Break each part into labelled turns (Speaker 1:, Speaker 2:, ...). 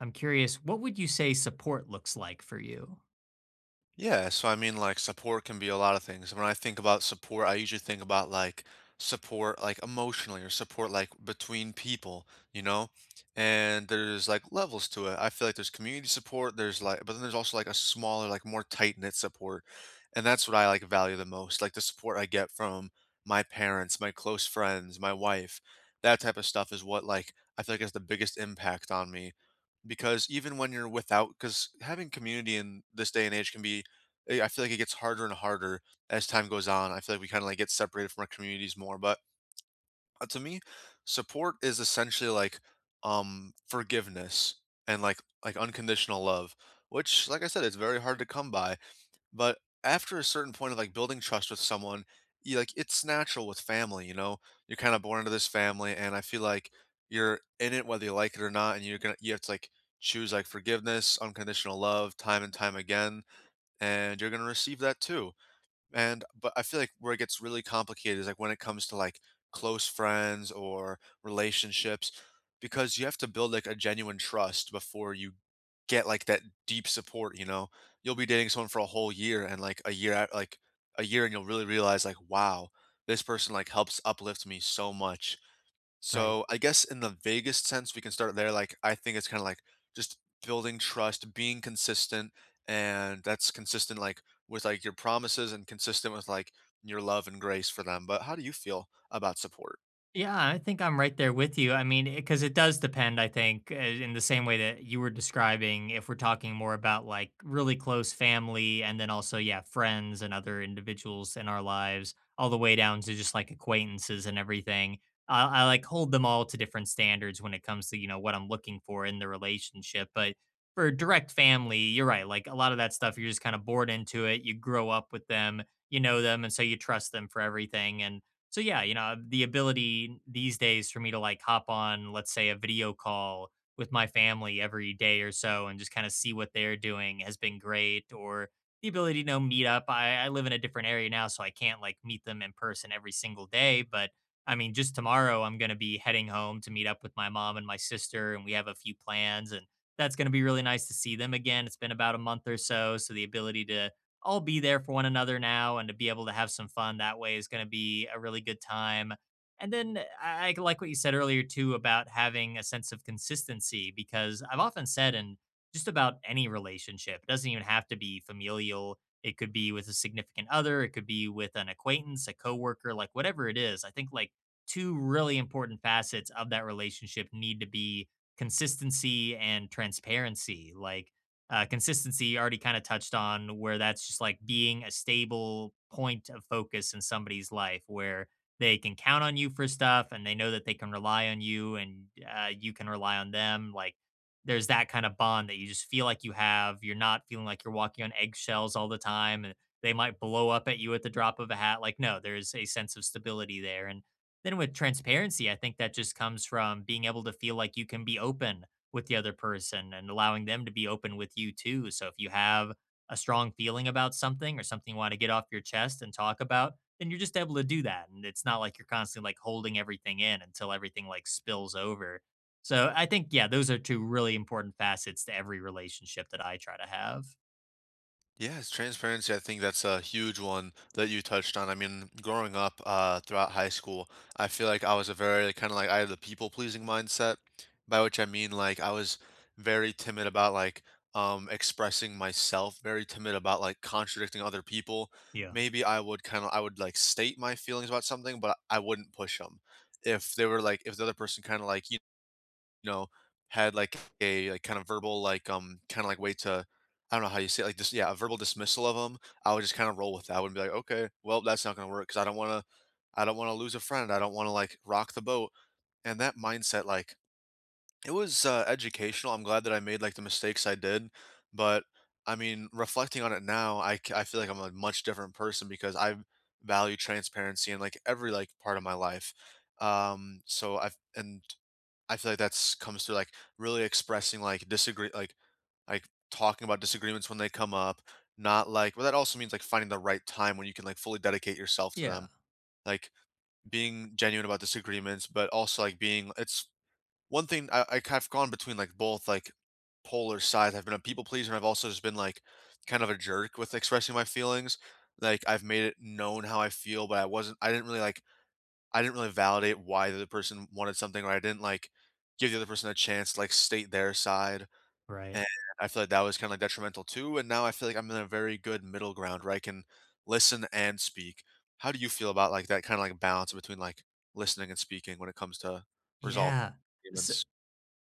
Speaker 1: I'm curious, what would you say support looks like for you?
Speaker 2: Yeah, so I mean, like, support can be a lot of things. When I think about support, I usually think about like support, like emotionally, or support like between people, you know? And there's like levels to it. I feel like there's community support, but then there's also like a smaller, like more tight-knit support. And that's what I like value the most, like the support I get from my parents, my close friends, my wife. That type of stuff is what like I feel like has the biggest impact on me, because even when you're without because having community in this day and age can be I feel like it gets harder and harder as time goes on. I feel like we kind of like get separated from our communities more. But to me, support is essentially like forgiveness, and like unconditional love, which like I said, it's very hard to come by. But after a certain point of like building trust with someone, you like it's natural with family, you know. You're kind of born into this family, and I feel like you're in it whether you like it or not, and you have to like choose like forgiveness, unconditional love, time and time again, and you're gonna receive that too. And but I feel like where it gets really complicated is like when it comes to like close friends or relationships, because you have to build like a genuine trust before you get like that deep support, you know? You'll be dating someone for a whole year, and a year, and you'll really realize like wow, this person like helps uplift me so much.
Speaker 1: Right.
Speaker 2: So I guess in the vaguest sense, we can start there. Like I think it's kind of like just building trust, being consistent, and that's consistent like with like your promises and consistent with like your love and grace for them. But how do you feel about support?
Speaker 1: Yeah, I think I'm right there with you. I mean, because it does depend, I think, in the same way that you were describing, if we're talking more about like really close family and then also, yeah, friends and other individuals in our lives, all the way down to just like acquaintances and everything. I like hold them all to different standards when it comes to, you know, what I'm looking for in the relationship. But for direct family, you're right. Like a lot of that stuff, you're just kind of bored into it. You grow up with them, you know them, and so you trust them for everything. And so yeah, you know, the ability these days for me to like hop on, let's say, a video call with my family every day or so and just kind of see what they're doing has been great. Or the ability to you know, meet up. I live in a different area now, so I can't like meet them in person every single day. But I mean, just tomorrow I'm gonna be heading home to meet up with my mom and my sister, and we have a few plans and that's gonna be really nice to see them again. It's been about a month or so. So the ability to all be there for one another now and to be able to have some fun that way is going to be a really good time. And then I like what you said earlier too about having a sense of consistency because I've often said in just about any relationship, it doesn't even have to be familial. It could be with a significant other, it could be with an acquaintance, a coworker, like whatever it is. I think like two really important facets of that relationship need to be consistency and transparency. Like consistency, already kind of touched on where that's just like being a stable point of focus in somebody's life where they can count on you for stuff and they know that they can rely on you and you can rely on them. Like there's that kind of bond that you just feel like you have. You're not feeling like you're walking on eggshells all the time and they might blow up at you at the drop of a hat. Like, no, there's a sense of stability there. And then with transparency, I think that just comes from being able to feel like you can be open with the other person and allowing them to be open with you too. So if you have a strong feeling about something or something you want to get off your chest and talk about, then you're just able to do that. And it's not like you're constantly like holding everything in until everything like spills over. So I think, yeah, those are two really important facets to every relationship that I try to have.
Speaker 2: Yes, transparency. I think that's a huge one that you touched on. I mean, growing up, throughout high school, I feel like I was a very kind of like I had the people pleasing mindset, by which I mean like I was very timid about like expressing myself, very timid about like contradicting other people.
Speaker 1: Yeah.
Speaker 2: Maybe I would like state my feelings about something, but I wouldn't push them. If the other person kind of like you know, had like kind of verbal like kind of like way to I don't know how you say it, like this yeah, a verbal dismissal of them, I would just kind of roll with that. I would be like, okay, well, that's not gonna work because I don't wanna lose a friend. I don't wanna like rock the boat. And that mindset, like it was educational. I'm glad that I made like the mistakes I did, but I mean, reflecting on it now, I feel like I'm a much different person because I value transparency in like every like part of my life. So I feel like that's comes to, like, really expressing, like, talking about disagreements when they come up, not, like well, that also means, like, finding the right time when you can, like, fully dedicate yourself to
Speaker 1: Yeah.
Speaker 2: them, like, being genuine about disagreements, but also, like, being it's one thing. I have gone between, like, both, like, polar sides. I've been a people pleaser, and I've also just been, like, kind of a jerk with expressing my feelings. Like, I've made it known how I feel, but I didn't really validate why the other person wanted something, or I didn't, like, give the other person a chance to, like, state their side,
Speaker 1: Right.
Speaker 2: and I feel like that was kinda, like, detrimental too, and now I feel like I'm in a very good middle ground where I can listen and speak. How do you feel about, like, that kinda, like, balance between, like, listening and speaking when it comes to resolving
Speaker 1: Yeah.
Speaker 2: arguments?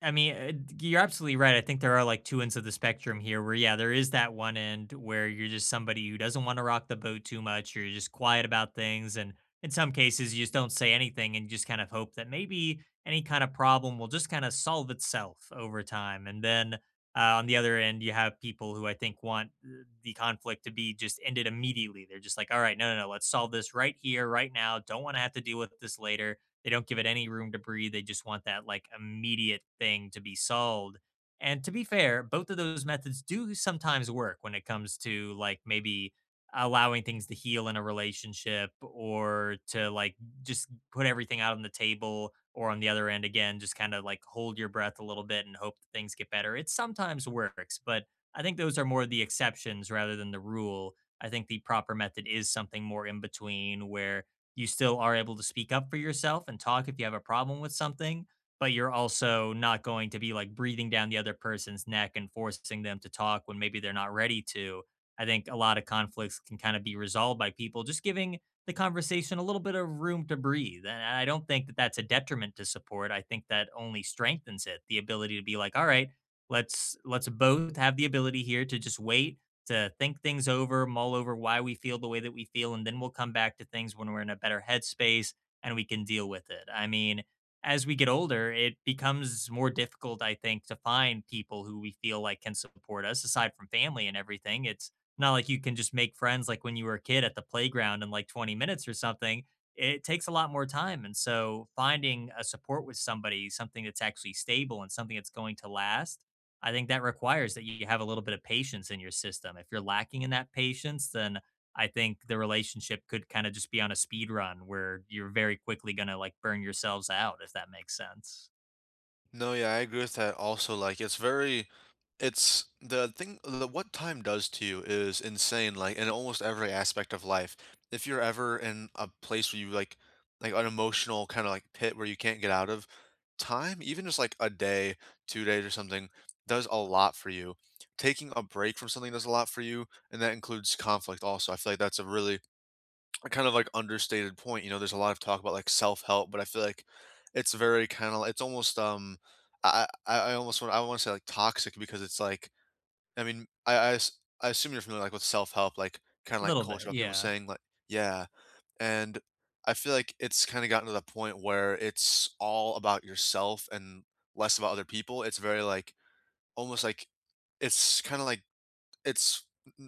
Speaker 1: I mean, you're absolutely right. I think there are like two ends of the spectrum here where, yeah, there is that one end where you're just somebody who doesn't want to rock the boat too much. You're just quiet about things. And in some cases, you just don't say anything and you just kind of hope that maybe any kind of problem will just kind of solve itself over time. And then on the other end, you have people who I think want the conflict to be just ended immediately. They're just like, all right, no, no, no, let's solve this right here, right now. Don't want to have to deal with this later, they don't give it any room to breathe. They just want that like immediate thing to be solved. And to be fair, both of those methods do sometimes work when it comes to like maybe allowing things to heal in a relationship or to like just put everything out on the table or on the other end again just kind of like hold your breath a little bit and hope that things get better. It sometimes works, but I think those are more the exceptions rather than the rule. I think the proper method is something more in between where you still are able to speak up for yourself and talk if you have a problem with something, but you're also not going to be like breathing down the other person's neck and forcing them to talk when maybe they're not ready to. I think a lot of conflicts can kind of be resolved by people just giving the conversation a little bit of room to breathe. And I don't think that that's a detriment to support. I think that only strengthens it, the ability to be like, all right, let's both have the ability here to just wait to think things over, mull over why we feel the way that we feel, and then we'll come back to things when we're in a better headspace and we can deal with it. I mean, as we get older, it becomes more difficult, I think, to find people who we feel like can support us aside from family and everything. It's not like you can just make friends like when you were a kid at the playground in like 20 minutes or something. It takes a lot more time. And so finding a support with somebody, something that's actually stable and something that's going to last, I think that requires that you have a little bit of patience in your system. If you're lacking in that patience, then I think the relationship could kind of just be on a speed run where you're very quickly going to like burn yourselves out, if that makes sense.
Speaker 2: No, yeah, I agree with that also. Like, it's the thing, that what time does to you is insane, like, in almost every aspect of life. If you're ever in a place where like an emotional kind of like pit where you can't get out of, time, even just like a day, 2 days or something, does a lot for you. Taking a break from something does a lot for you, and that includes conflict also. I feel like that's a kind of like understated point. You know, there's a lot of talk about like self help, but I feel like it's very kind of it's almost I want to say like toxic because it's like I mean I assume you're familiar like with self help like kind of
Speaker 1: A
Speaker 2: like
Speaker 1: little
Speaker 2: culture
Speaker 1: bit.
Speaker 2: of people
Speaker 1: Yeah.
Speaker 2: saying like yeah. And I feel like it's kind of gotten to the point where it's all about yourself and less about other people. It's very like almost like it's kind of like it's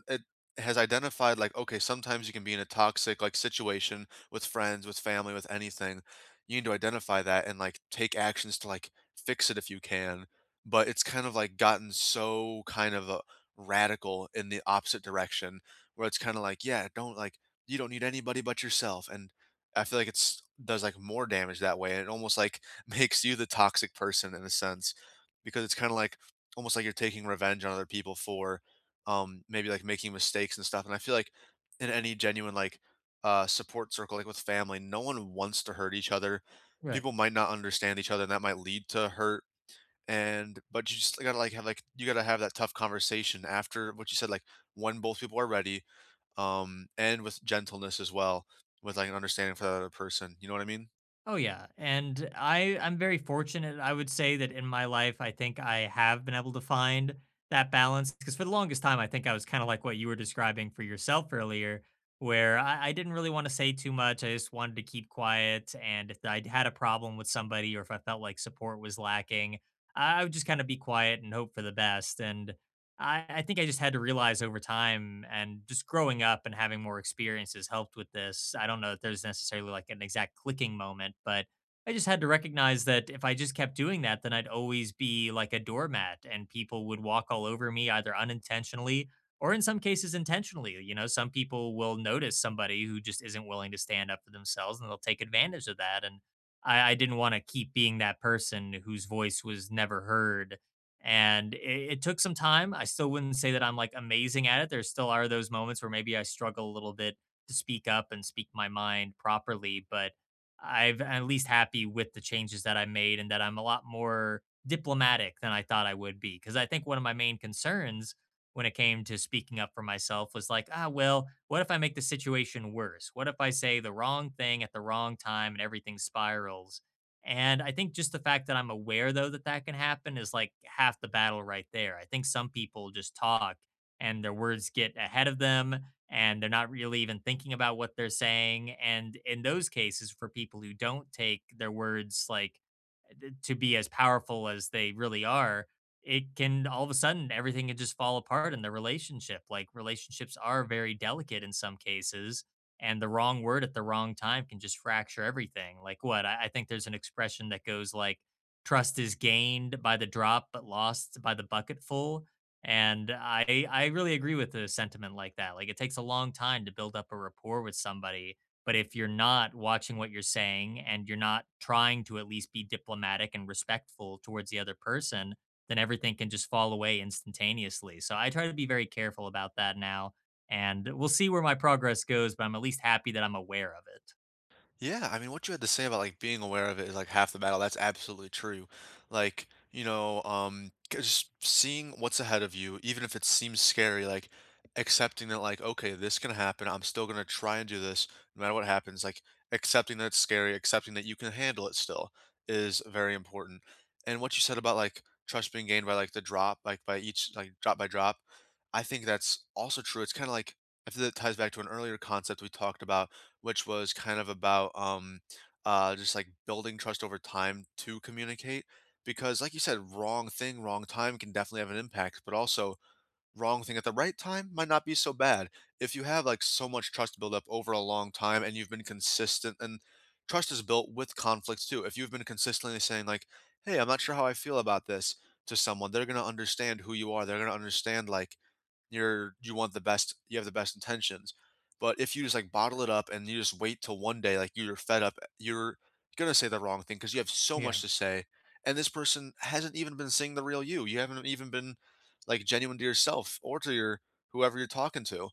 Speaker 2: it has identified like, okay, sometimes you can be in a toxic like situation with friends, with family, with anything. You need to identify that and like take actions to like fix it if you can, but it's kind of like gotten so kind of radical in the opposite direction, where it's kind of like yeah, don't like you don't need anybody but yourself. And I feel like it's does like more damage that way, and it almost like makes you the toxic person in a sense, because it's kind of like almost like you're taking revenge on other people for maybe like making mistakes and stuff. And I feel like in any genuine like support circle like with family, no one wants to hurt each other.
Speaker 1: Right.
Speaker 2: People might not understand each other, and that might lead to hurt. And but you just gotta like have like you gotta have that tough conversation after what you said, like when both people are ready, and with gentleness as well, with like an understanding for the other person, you know what I mean.
Speaker 1: Oh yeah, and I'm very fortunate. I would say that in my life, I think I have been able to find that balance because for the longest time, I think I was kind of like what you were describing for yourself earlier, where I didn't really want to say too much. I just wanted to keep quiet, and if I had a problem with somebody or if I felt like support was lacking, I would just kind of be quiet and hope for the best. And I think I just had to realize over time and just growing up and having more experiences helped with this. I don't know if there's necessarily like an exact clicking moment, but I just had to recognize that if I just kept doing that, then I'd always be like a doormat and people would walk all over me either unintentionally or in some cases intentionally. You know, some people will notice somebody who just isn't willing to stand up for themselves and they'll take advantage of that. And I didn't want to keep being that person whose voice was never heard and it took some time. I still wouldn't say that I'm like amazing at it. There still are those moments where maybe I struggle a little bit to speak up and speak my mind properly, but I'm at least happy with the changes that I made and that I'm a lot more diplomatic than I thought I would be. Cause I think one of my main concerns when it came to speaking up for myself was like, ah, well, what if I make the situation worse? What if I say the wrong thing at the wrong time and everything spirals? And I think just the fact that I'm aware though that that can happen is like half the battle right there. I think some people just talk and their words get ahead of them and they're not really even thinking about what they're saying. And in those cases, for people who don't take their words like to be as powerful as they really are, it can, all of a sudden everything can just fall apart in the relationship. Like relationships are very delicate in some cases, and the wrong word at the wrong time can just fracture everything. Like what? I think there's an expression that goes like, trust is gained by the drop, but lost by the bucketful. And I really agree with the sentiment like that. Like it takes a long time to build up a rapport with somebody, but if you're not watching what you're saying and you're not trying to at least be diplomatic and respectful towards the other person, then everything can just fall away instantaneously. So I try to be very careful about that now. And we'll see where my progress goes, but I'm at least happy that I'm aware of it.
Speaker 2: Yeah, I mean, what you had to say about like being aware of it is like half the battle. That's absolutely true. Like, you know, just seeing what's ahead of you, even if it seems scary, like accepting that, like, okay, this can happen. I'm still gonna try and do this no matter what happens. Like, accepting that it's scary, accepting that you can handle it still is very important. And what you said about like trust being gained by like the drop, like by each, like drop by drop, I think that's also true. It's kind of like, I feel that ties back to an earlier concept we talked about, which was kind of about just like building trust over time to communicate. Because, like you said, wrong thing, wrong time can definitely have an impact, but also wrong thing at the right time might not be so bad. If you have like so much trust built up over a long time, and you've been consistent, and trust is built with conflicts too. If you've been consistently saying like, "Hey, I'm not sure how I feel about this" to someone, they're going to understand who you are. They're going to understand like you want the best, you have the best intentions. But if you just like bottle it up and you just wait till one day like you're fed up, you're going to say the wrong thing because you have so
Speaker 1: Yeah,
Speaker 2: much to say, and this person hasn't even been seeing the real you. You haven't even been like genuine to yourself or to your whoever you're talking to,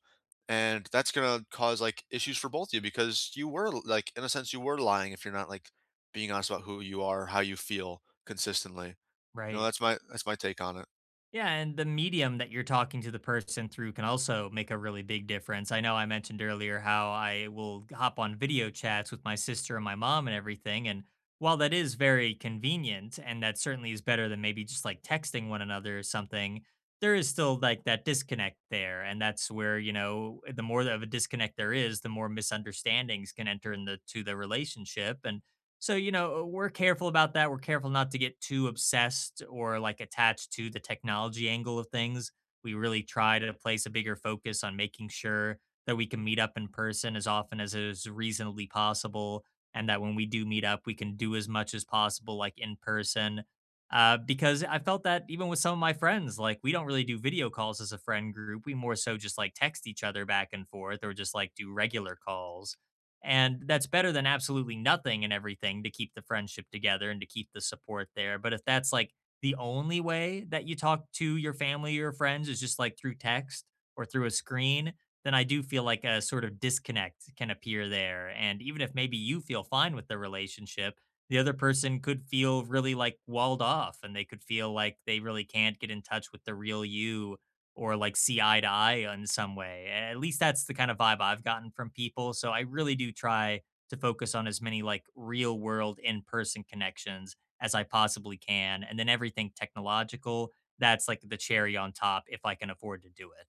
Speaker 2: and that's gonna cause like issues for both of you, because you were like in a sense you were lying if you're not like being honest about who you are, how you feel consistently. You know,
Speaker 1: right.
Speaker 2: that's my take on it.
Speaker 1: Yeah, and the medium that you're talking to the person through can also make a really big difference. I know I mentioned earlier how I will hop on video chats with my sister and my mom and everything. And while that is very convenient, and that certainly is better than maybe just like texting one another or something, there is still like that disconnect there. And that's where, you know, the more of a disconnect there is, the more misunderstandings can enter into the relationship. And so, you know, we're careful about that. We're careful not to get too obsessed or like attached to the technology angle of things. We really try to place a bigger focus on making sure that we can meet up in person as often as is reasonably possible. And that when we do meet up, we can do as much as possible, like in person. Because I felt that even with some of my friends, like we don't really do video calls as a friend group. We more so just like text each other back and forth or just like do regular calls. And that's better than absolutely nothing and everything to keep the friendship together and to keep the support there. But if that's like the only way that you talk to your family or friends is just like through text or through a screen, then I do feel like a sort of disconnect can appear there. And even if maybe you feel fine with the relationship, the other person could feel really like walled off and they could feel like they really can't get in touch with the real you or like see eye to eye in some way. At least that's the kind of vibe I've gotten from people. So I really do try to focus on as many like real world in person connections as I possibly can. And then everything technological, that's like the cherry on top if I can afford to do it.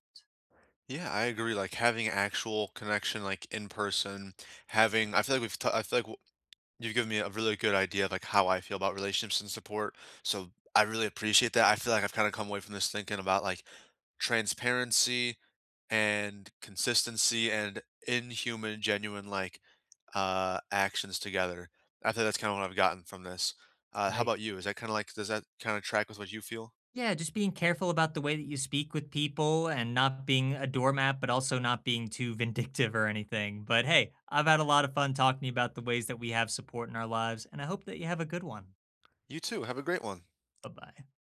Speaker 2: Yeah, I agree, like having actual connection like in person, having I feel like we've t- I feel like you've given me a really good idea of, like, how I feel about relationships and support, so I really appreciate that. I feel like I've kinda come away from this thinking about, like, transparency and consistency and inhuman, genuine, like, actions together. I think that's kinda what I've gotten from this. How
Speaker 1: Right.
Speaker 2: about you? Is that kinda like does that kinda track with what you feel?
Speaker 1: Yeah, just being careful about the way that you speak with people and not being a doormat, but also not being too vindictive or anything. But hey, I've had a lot of fun talking to you about the ways that we have support in our lives, and I hope that you have a good one.
Speaker 2: You too, have a great one.
Speaker 1: Bye bye.